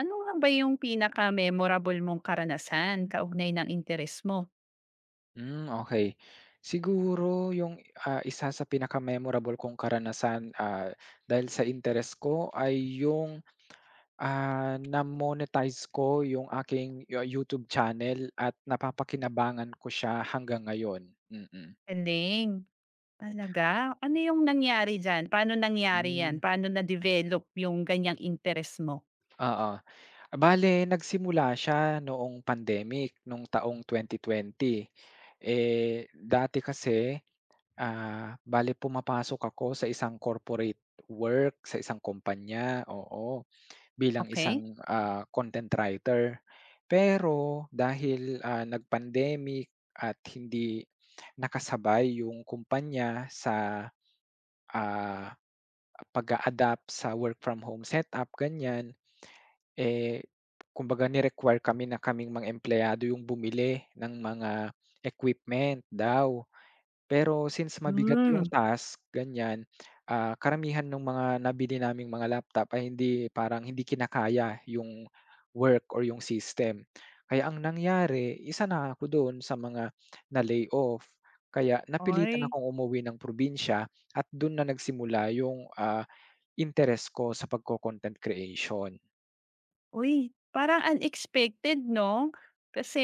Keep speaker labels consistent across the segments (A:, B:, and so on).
A: Ano nga ba yung pinaka-memorable mong karanasan kaugnay ng interes mo?
B: Hmm, okay. Siguro yung, isa sa pinaka-memorable kong karanasan, dahil sa interes ko ay yung, na-monetize ko yung aking YouTube channel at napapakinabangan ko siya hanggang ngayon. Mm-mm. Mm.
A: Galing, talaga? Ano yung nangyari diyan? Paano nangyari yan?
B: Hmm.
A: Paano na-develop yung ganyang interes mo?
B: Oo. Bale nagsimula siya noong pandemic nung taong 2020. Eh, dati kasi Bale pumapasok ako sa isang corporate work, sa isang kumpanya, oo, bilang
A: Okay?
B: isang, content writer. Pero dahil, nag-pandemic at hindi nakasabay yung kumpanya sa, ah, pag-a-adapt sa work from home setup ganiyan, eh, kumbaga ni-require kaming mga empleyado yung bumili ng mga equipment daw. Pero since mabigat yung
A: Hmm,
B: task, ganyan, karamihan ng mga nabili naming mga laptop ay parang hindi kinakaya yung work or yung system. Kaya ang nangyari, isa na ako doon sa mga na lay off. Kaya napilitan
A: ay.
B: akong umuwi ng probinsya at do'n na nagsimula yung, interest ko sa pagco-content creation.
A: Uy, parang unexpected 'no? Kasi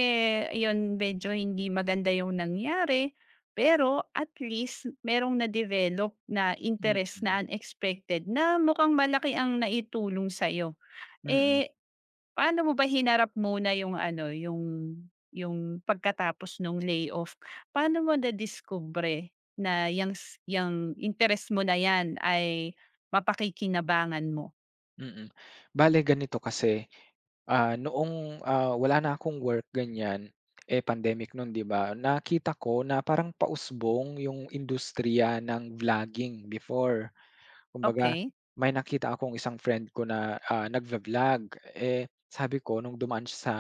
A: ayun, medyo hindi maganda yung nangyari, pero at least merong na-develop na interes
B: Mm,
A: na unexpected na mukhang malaki ang naitulong sa'yo.
B: mm.
A: Eh, paano mo ba hinarap muna yung ano, yung pagkatapos nung layoff? Paano mo na discover na yung s yang interes mo na yan ay mapakikinabangan mo?
B: Mm. Bale ganito kasi, noong, wala na akong work ganyan, eh, pandemic nun 'di ba, nakita ko na parang pausbong yung industriya ng vlogging before. Kumbaga
A: Okay?
B: may nakita akong isang friend ko na, nagva-vlog, eh, sabi ko nung dumaan siya sa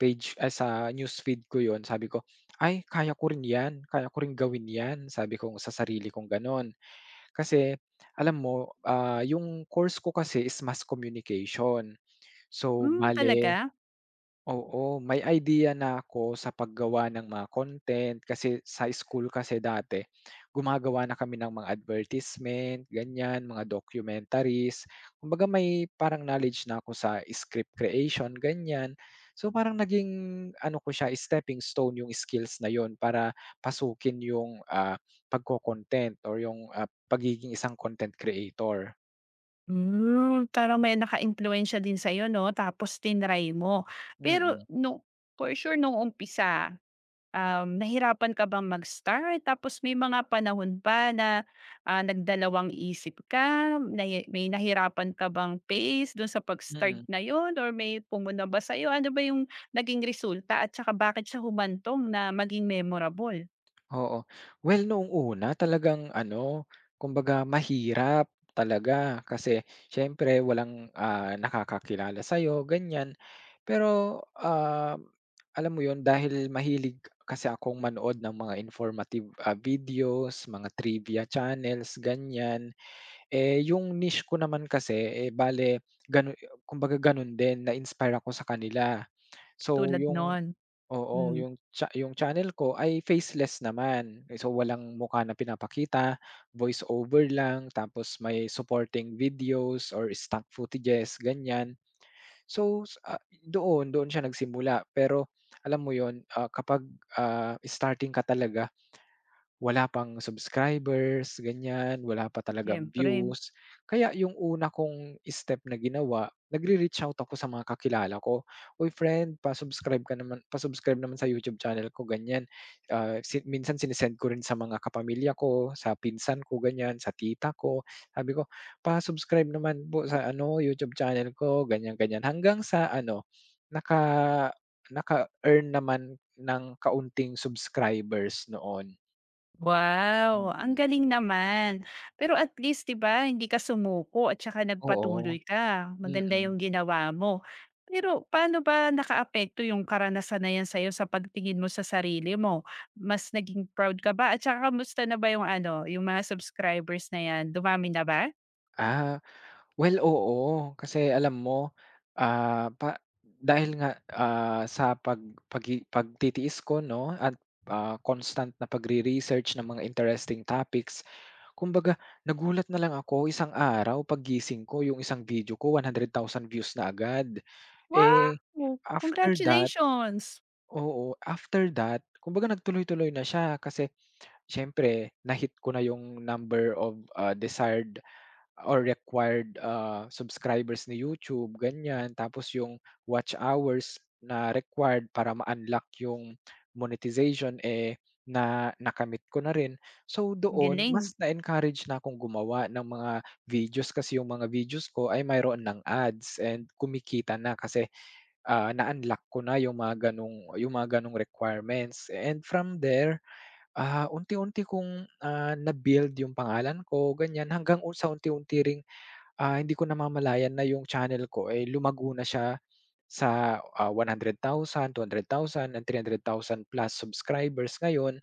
B: page ay sa newsfeed ko yun sabi ko, "Ay kaya ko rin 'yan, kaya ko rin gawin 'yan," sabi ko sa sarili kong gano'n. Kasi alam mo, yung course ko kasi is mass communication. So,
A: Hmm,
B: bale.
A: talaga?
B: Oo, may idea na ako sa paggawa ng mga content kasi sa school kasi dati gumagawa na kami ng mga advertisement, ganyan, mga documentaries. Kumbaga may parang knowledge na ako sa script creation, ganyan. So parang naging ano ko siya, stepping stone yung skills na yon para pasukin yung pagko-content or yung pagiging isang content creator.
A: Hmm, parang may naka-impluwensiya din sa'yo 'no, tapos tinry mo. Pero
B: Mm.
A: no, for sure nung umpisa, nahirapan ka bang mag-start? Tapos may mga panahon ba na, nagdalawang isip ka? May nahirapan ka bang pace doon sa pag-start
B: Mm.
A: na yon, or may pumuna ba sa'yo? Ano ba yung naging resulta at saka bakit siya humantong na maging memorable,
B: Oo. Well, noong una talagang ano, kumbaga mahirap talaga kasi siyempre walang, nakakakilala sa'yo ganyan. Pero, alam mo yon dahil mahilig kasi akong manood ng mga informative, videos, mga trivia channels ganyan. Eh, yung niche ko naman kasi, eh, bale kumbaga gano'n din na-inspire ako sa kanila. So
A: tulad
B: yung.
A: nun?
B: Oo,
A: Hmm,
B: yung channel ko ay faceless naman. Eh, so walang mukha na pinapakita, voice over lang tapos may supporting videos or stock footages, ganyan. So, sa doon doon siya nagsimula pero alam mo yon ah, kapag, starting ka talaga wala pang subscribers, ganyan, wala pa talagang
A: siyempre.
B: views. Kaya yung una kong step na ginawa, nagre-reach out ako sa mga kakilala ko, "Uy friend, pa-subscribe ka naman pa-subscribe naman sa YouTube channel ko," ganyan. Ah, si minsan sinisend ko rin sa mga kapamilya ko, sa pinsan ko, ganyan, sa tita ko. Sabi ko, "Pa-subscribe naman po sa ano, YouTube channel ko," ganyan, ganyan. Hanggang sa ano, naka naka-earn naman ng kaunting subscribers noon.
A: Wow, ang
B: Mm,
A: galing naman. Pero at least 'di ba hindi ka sumuko at saka
B: oo,
A: nagpatuloy ka, maganda yung
B: mm.
A: ginawa mo. Pero paano ba nakaapekto yung karanasan na yan sa'yo sa pagtingin mo sa sarili mo? Mas naging proud ka ba at saka kamusta na ba yung ano, yung mga subscribers na yan, dumami na ba?
B: Ah, well, oo, kasi alam mo, ah, pa dahil nga, sa pagtitiis ko 'no at, constant na pagre-research ng mga interesting topics, kumbaga nagulat na lang ako isang araw paggising ko yung isang video ko 100,000 views na agad. Eh,
A: Wow!
B: after that
A: Congratulations!
B: oo, after that kumbaga nagtuloy-tuloy na siya kasi siyempre na-hit ko na yung number of, desired or required, subscribers ni YouTube ganyan, tapos yung watch hours na required para ma-unlock yung monetization, eh, na nakamit ko na rin. So
A: Ang
B: doon
A: galing.
B: mas na-encourage na akong gumawa ng mga videos kasi yung mga videos ko ay mayroon ng ads and kumikita na kasi, na-unlock ko na yung mga gano'ng requirements. And from there, unti-unti kong, na-build yung pangalan ko ganyan hanggang sa unti-unti ring. Ah, hindi ko namamalayan na yung channel ko ay lumago na siya sa, 100,000, 200,000 and 300,000 plus subscribers ngayon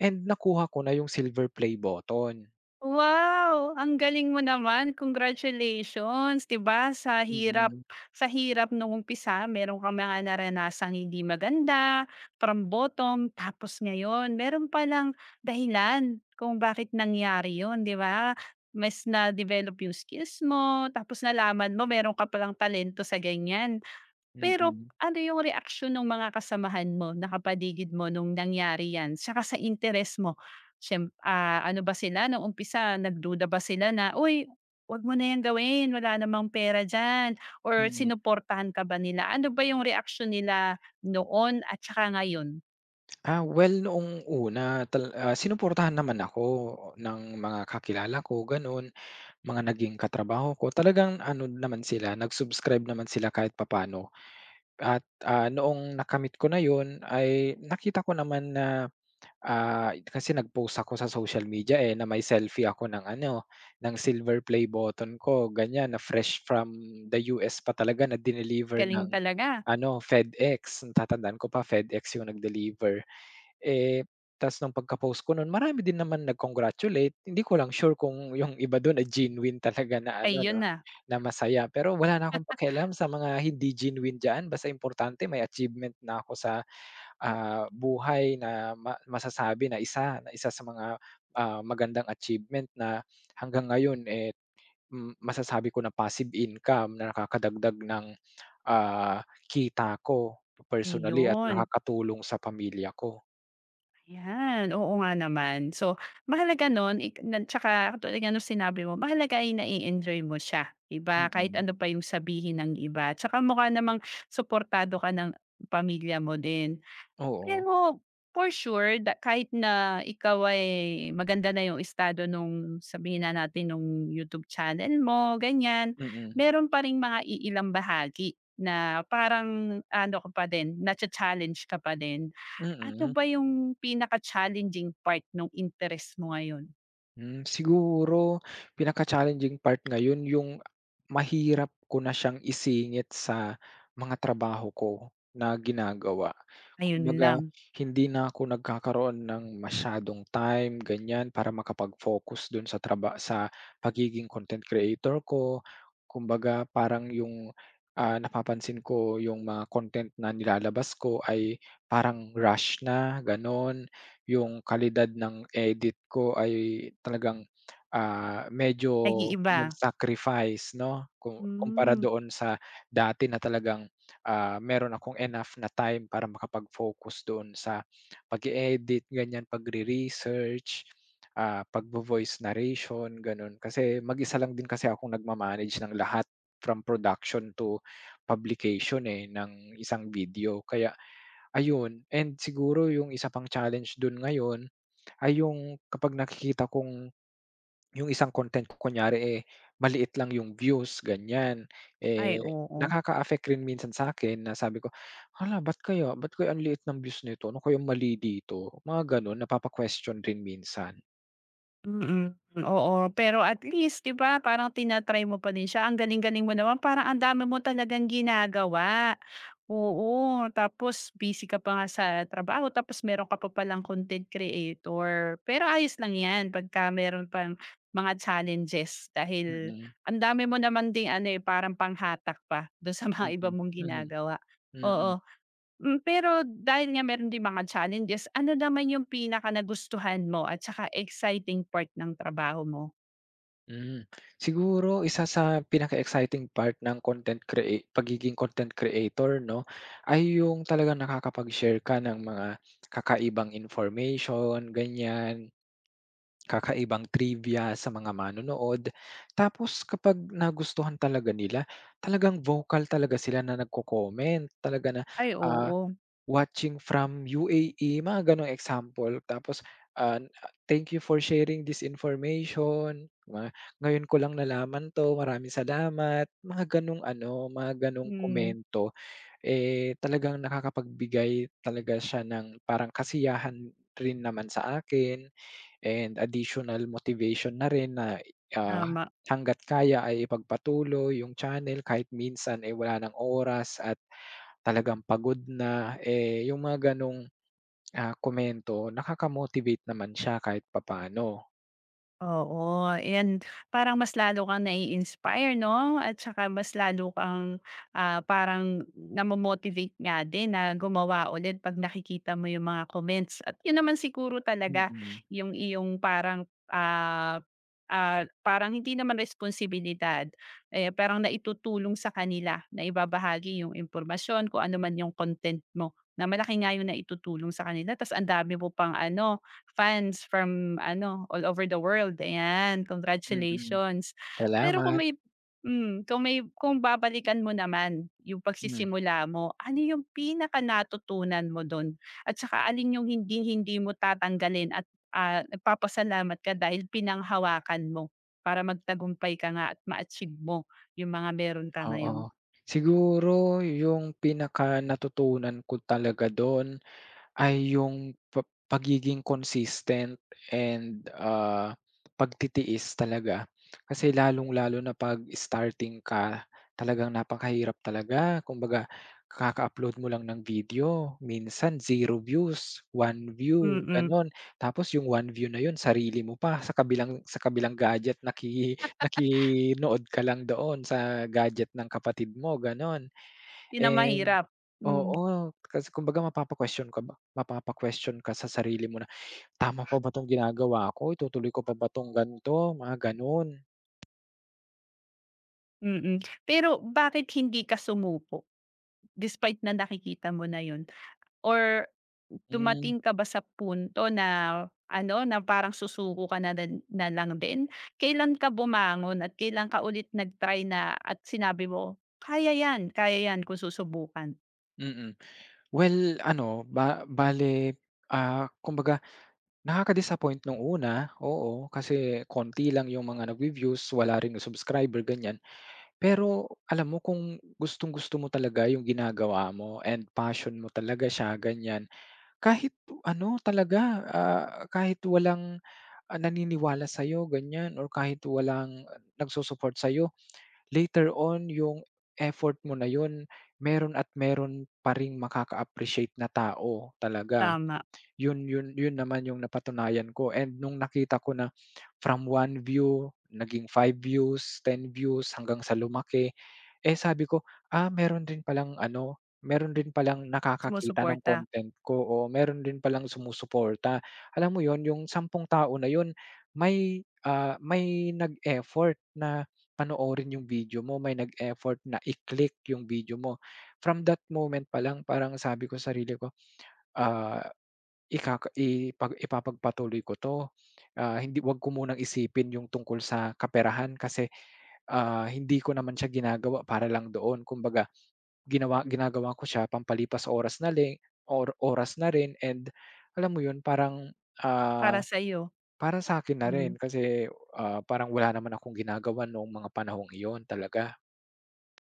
B: and nakuha ko na yung silver play button.
A: Wow! Ang galing mo naman, congratulations, 'di ba, sa hirap
B: Mm,
A: sa hirap nung umpisa meron kang mga naranasang hindi maganda, from bottom, tapos ngayon meron palang dahilan kung bakit nangyari 'yun, 'di ba? Mas na-develop yung skills mo, tapos nalaman mo meron ka palang talento sa ganyan. Pero
B: mm,
A: ano yung reaksyon ng mga kasamahan mo, nakapaligid mo nung nangyari 'yan, tsaka sa interes mo? Ano ba sila nung umpisa, nagduda ba sila na, "Uy, 'wag mo na 'yan gawin, wala namang pera diyan," or
B: mm.
A: sinuportahan ka ba nila? Ano ba yung reaksyon nila noon at tsaka ngayon?
B: Well noong una sinuportahan naman ako ng mga kakilala ko gano'n, mga naging katrabaho ko. Talagang ano naman sila, nag-subscribe naman sila kahit papaano at, noong nakamit ko na yun ay nakita ko naman na. Ah, kasi nag-post ako sa social media, eh, na may selfie ako ng ano, ng silver play button ko ganyan, na fresh from the US pa talaga na dineliver
A: Galing
B: ng
A: talaga.
B: ano, FedEx. Natatandaan ko pa FedEx yung nag-deliver. Eh, ta's nung pagka-post ko nun marami din naman nag-congratulate. Hindi ko lang sure kung yung iba dun ay genuine talaga na ano
A: Ayun
B: 'no,
A: na,
B: na masaya. Pero wala na akong pakialam sa mga hindi genuine diyan, basta importante may achievement na ako sa buhay na masasabi na isa sa mga, magandang achievement na hanggang ngayon, eh, hmm, masasabi ko na passive income na nakakadagdag ng, ah, kita ko personally at
A: ayun.
B: nakakatulong sa pamilya ko.
A: Ayan, oo nga naman. So, mahalaga nun, ik nan tsaka katulad nga nung sinabi mo, mahalaga ay na enjoy mo siya, 'di kahit
B: Mm.
A: ano pa yung sabihin ng iba, tsaka mukha namang supportado ka ng pamilya mo din.
B: Oo,
A: Pero for sure, kahit na ikaw ay maganda na yung estado nung sabihin na natin nung YouTube channel mo ganyan,
B: mm,
A: meron pa ring mga iilang bahagi na parang ano ka pa din, nacha-challenge ka pa din. Ano
B: mm.
A: ba yung pinaka-challenging part ng interest mo ngayon?
B: Hmm, siguro pinaka-challenging part ngayon yung mahirap ko na siyang isingit sa mga trabaho ko na ginagawa.
A: Ayun
B: Kumbaga
A: lang,
B: hindi na ako nagkakaroon ng masyadong time ganyan para makapag-focus dun sa traba sa pagiging content creator ko. Kumbaga parang yung, napapansin ko yung mga content na nilalabas ko ay parang rush na, gano'n yung kalidad ng edit ko ay talagang, medyo
A: nag iba
B: nag-sacrifice 'no, kumpara
A: Hmm,
B: doon sa dati na talagang, meron akong enough na time para makapag-focus doon sa pag-e-edit ganyan, pagre-research, pag voice narration gano'n. Kasi mag-isa lang din kasi akong nagma ng lahat from production to publication, eh, ng isang video kaya. Ayun, and siguro yung isa pang challenge dun ngayon ay yung kapag nakikita kong yung isang content ko kunyari, eh, maliit lang yung views ganyan,
A: ay
B: eh,
A: oo.
B: nakaka-affect rin minsan sa akin na sabi ko, "Hala ba't kaya ang liit ng views nito, ano kayang mali dito?" Mga gano'n napapa-question rin minsan.
A: Mm, oo. Pero at least 'di ba parang tinatry mo pa din siya, ang galing-galing mo naman, parang ang dami mo talagang ginagawa. Oo, tapos busy ka pa nga sa trabaho tapos meron ka pa palang content creator. Pero ayos lang 'yan pagka meron pang mga challenges dahil
B: Mm,
A: ang dami mo naman ding ano, eh, parang panghatak pa dun sa mga
B: mm,
A: iba mong
B: mm,
A: ginagawa,
B: mm.
A: oo. Hmm, pero dahil nga meron din mga challenges, ano naman yung pinaka nagustuhan mo at saka exciting part ng trabaho mo?
B: Hmm, siguro isa sa pinaka-exciting part ng content crea pagiging content creator 'no, ay yung talagang nakakapag-share ka ng mga kakaibang information ganyan, kakaibang trivia sa mga manonood. Tapos kapag nagustuhan talaga nila, talagang vocal talaga sila na nagko-comment talaga na,
A: Ay
B: ah
A: oo,
B: Watching from UAE, mga gano'ng example. Tapos, "Thank you for sharing this information, mga ngayon ko lang nalaman 'to, maraming salamat." Mga gano'ng ano, mga gano'ng
A: hmm,
B: komento, eh, talagang nakakapagbigay talaga siya ng parang kasiyahan rin naman sa akin and additional motivation na rin na, ah,
A: tama.
B: hangga't kaya ay ipagpatuloy yung channel kahit minsan, eh, wala ng oras at talagang pagod na, eh, yung mga gano'ng, komento nakaka-motivate naman siya kahit papaano.
A: Oo, and parang mas lalo kang nai-inspire 'no, at saka mas lalo kang, parang namo-motivate nga din na gumawa ulit 'pag nakikita mo yung mga comments, at yun naman siguro talaga
B: Mm,
A: yung iyong parang, parang hindi naman responsibilidad, eh, parang naitutulong sa kanila na ibabahagi yung impormasyon, kung ano man yung content mo, na malaki nga yung naitutulong sa kanila ta's ang dami mo pang ano, fans from ano, all over the world, ayan,
B: mm.
A: congratulations. Pero kung
B: Salamat.
A: may, kung may, kung babalikan mo naman yung
B: Hmm.
A: pagsisimula mo, ano yung pinakanatutunan mo dun at saka alin yung hinding-hindi mo tatanggalin at, nagpapasalamat ka dahil pinanghawakan mo para magtagumpay ka nga at ma-achieve mo yung mga meron ka ngayon?
B: Oo. Siguro yung pinaka natutunan ko talaga dun. Ay yung pagiging consistent and, pagtitiis talaga. Kasi lalong-lalo na 'pag starting ka, talagang napakahirap talaga. Kumbaga kaka-upload mo lang ng video, minsan zero views, one view,
A: Mm,
B: gano'n. Tapos yung one view na yun sarili mo pa sa kabilang gadget nakinood ka lang doon sa gadget ng kapatid mo, gano'n.
A: yun ang
B: And
A: mahirap. Hmm, mm.
B: oo, kasi kumbaga mapapa-question ka sa sarili mo na, "Tama pa ba 'tong ginagawa ko? Itutuloy ko pa ba 'tong ganito?" Mga gano'n.
A: Mm-mm. Pero bakit hindi ka sumuko? Despite na nakikita mo na yun, or
B: Hmm,
A: dumating ka ba sa punto na ano, na parang susuko ka na din na lang din? Kailan ka bumangon at kailan ka ulit nag-try na at sinabi mo, kaya yan kung susubukan."
B: mm. Well, ano, ba bale, ah, kumbaga nakaka-disappoint nung una, oo, kasi konti lang yung mga nagvi-views, wala rin yung subscriber, ganyan. Pero alam mo kung gustong-gusto mo talaga yung ginagawa mo and passion mo talaga siya, ganyan, kahit ano talaga, kahit walang, naniniwala sa'yo ganyan or kahit walang nagsu-support sa'yo, later on yung effort mo na yun meron at meron pa ring makaka-appreciate na tao talaga.
A: Tama,
B: Yun yun yun naman yung napatunayan ko and nung nakita ko na from one view, naging five views, 10 views hanggang sa lumaki, eh, sabi ko, "Ah, meron din palang ano, meron din palang nakakakita ng
A: sumusuporta,
B: content ko o meron din palang sumusuporta." Alam mo yun, yung 10 tao na yun may, may nag-effort na panoorin yung video mo, may nag-effort na i-click yung video mo. From that moment pa lang parang sabi ko sa sarili ko, ah. Ikaka ipag ipapagpatuloy ko 'to, ah, 'wag ko munang isipin yung tungkol sa kaperahan kasi, hindi ko naman siya ginagawa para lang doon. Kumbaga ginagawa ko siya pampalipas oras na li or oras na rin and alam mo yun parang, ah,
A: para sa,
B: para sa'kin na
A: hmm,
B: rin
A: mm.
B: kasi, parang wala naman akong ginagawa noong mga panahong iyon talaga.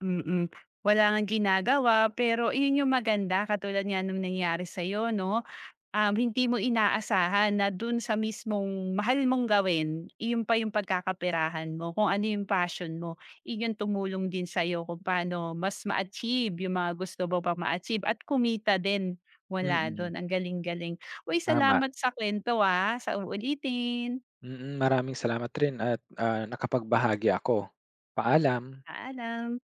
A: Mm-mm. Wala ngang ginagawa pero iyon yung maganda katulad nga nung nangyari sa'yo 'no? Hindi mo inaasahan na dun sa mismong mahal mong gawin, iyon pa yung pagkakaperahan mo, kung ano yung passion mo. Iyon yung tumulong din sa'yo kung paano mas ma-achieve yung mga gusto mo pang ma-achieve at kumita din mula
B: Mm,
A: dun. Ang galing-galing. Uy,
B: tama.
A: salamat sa kwento, sa uulitin.
B: Mm, maraming salamat rin at, nakapagbahagi ako. Paalam.
A: Paalam.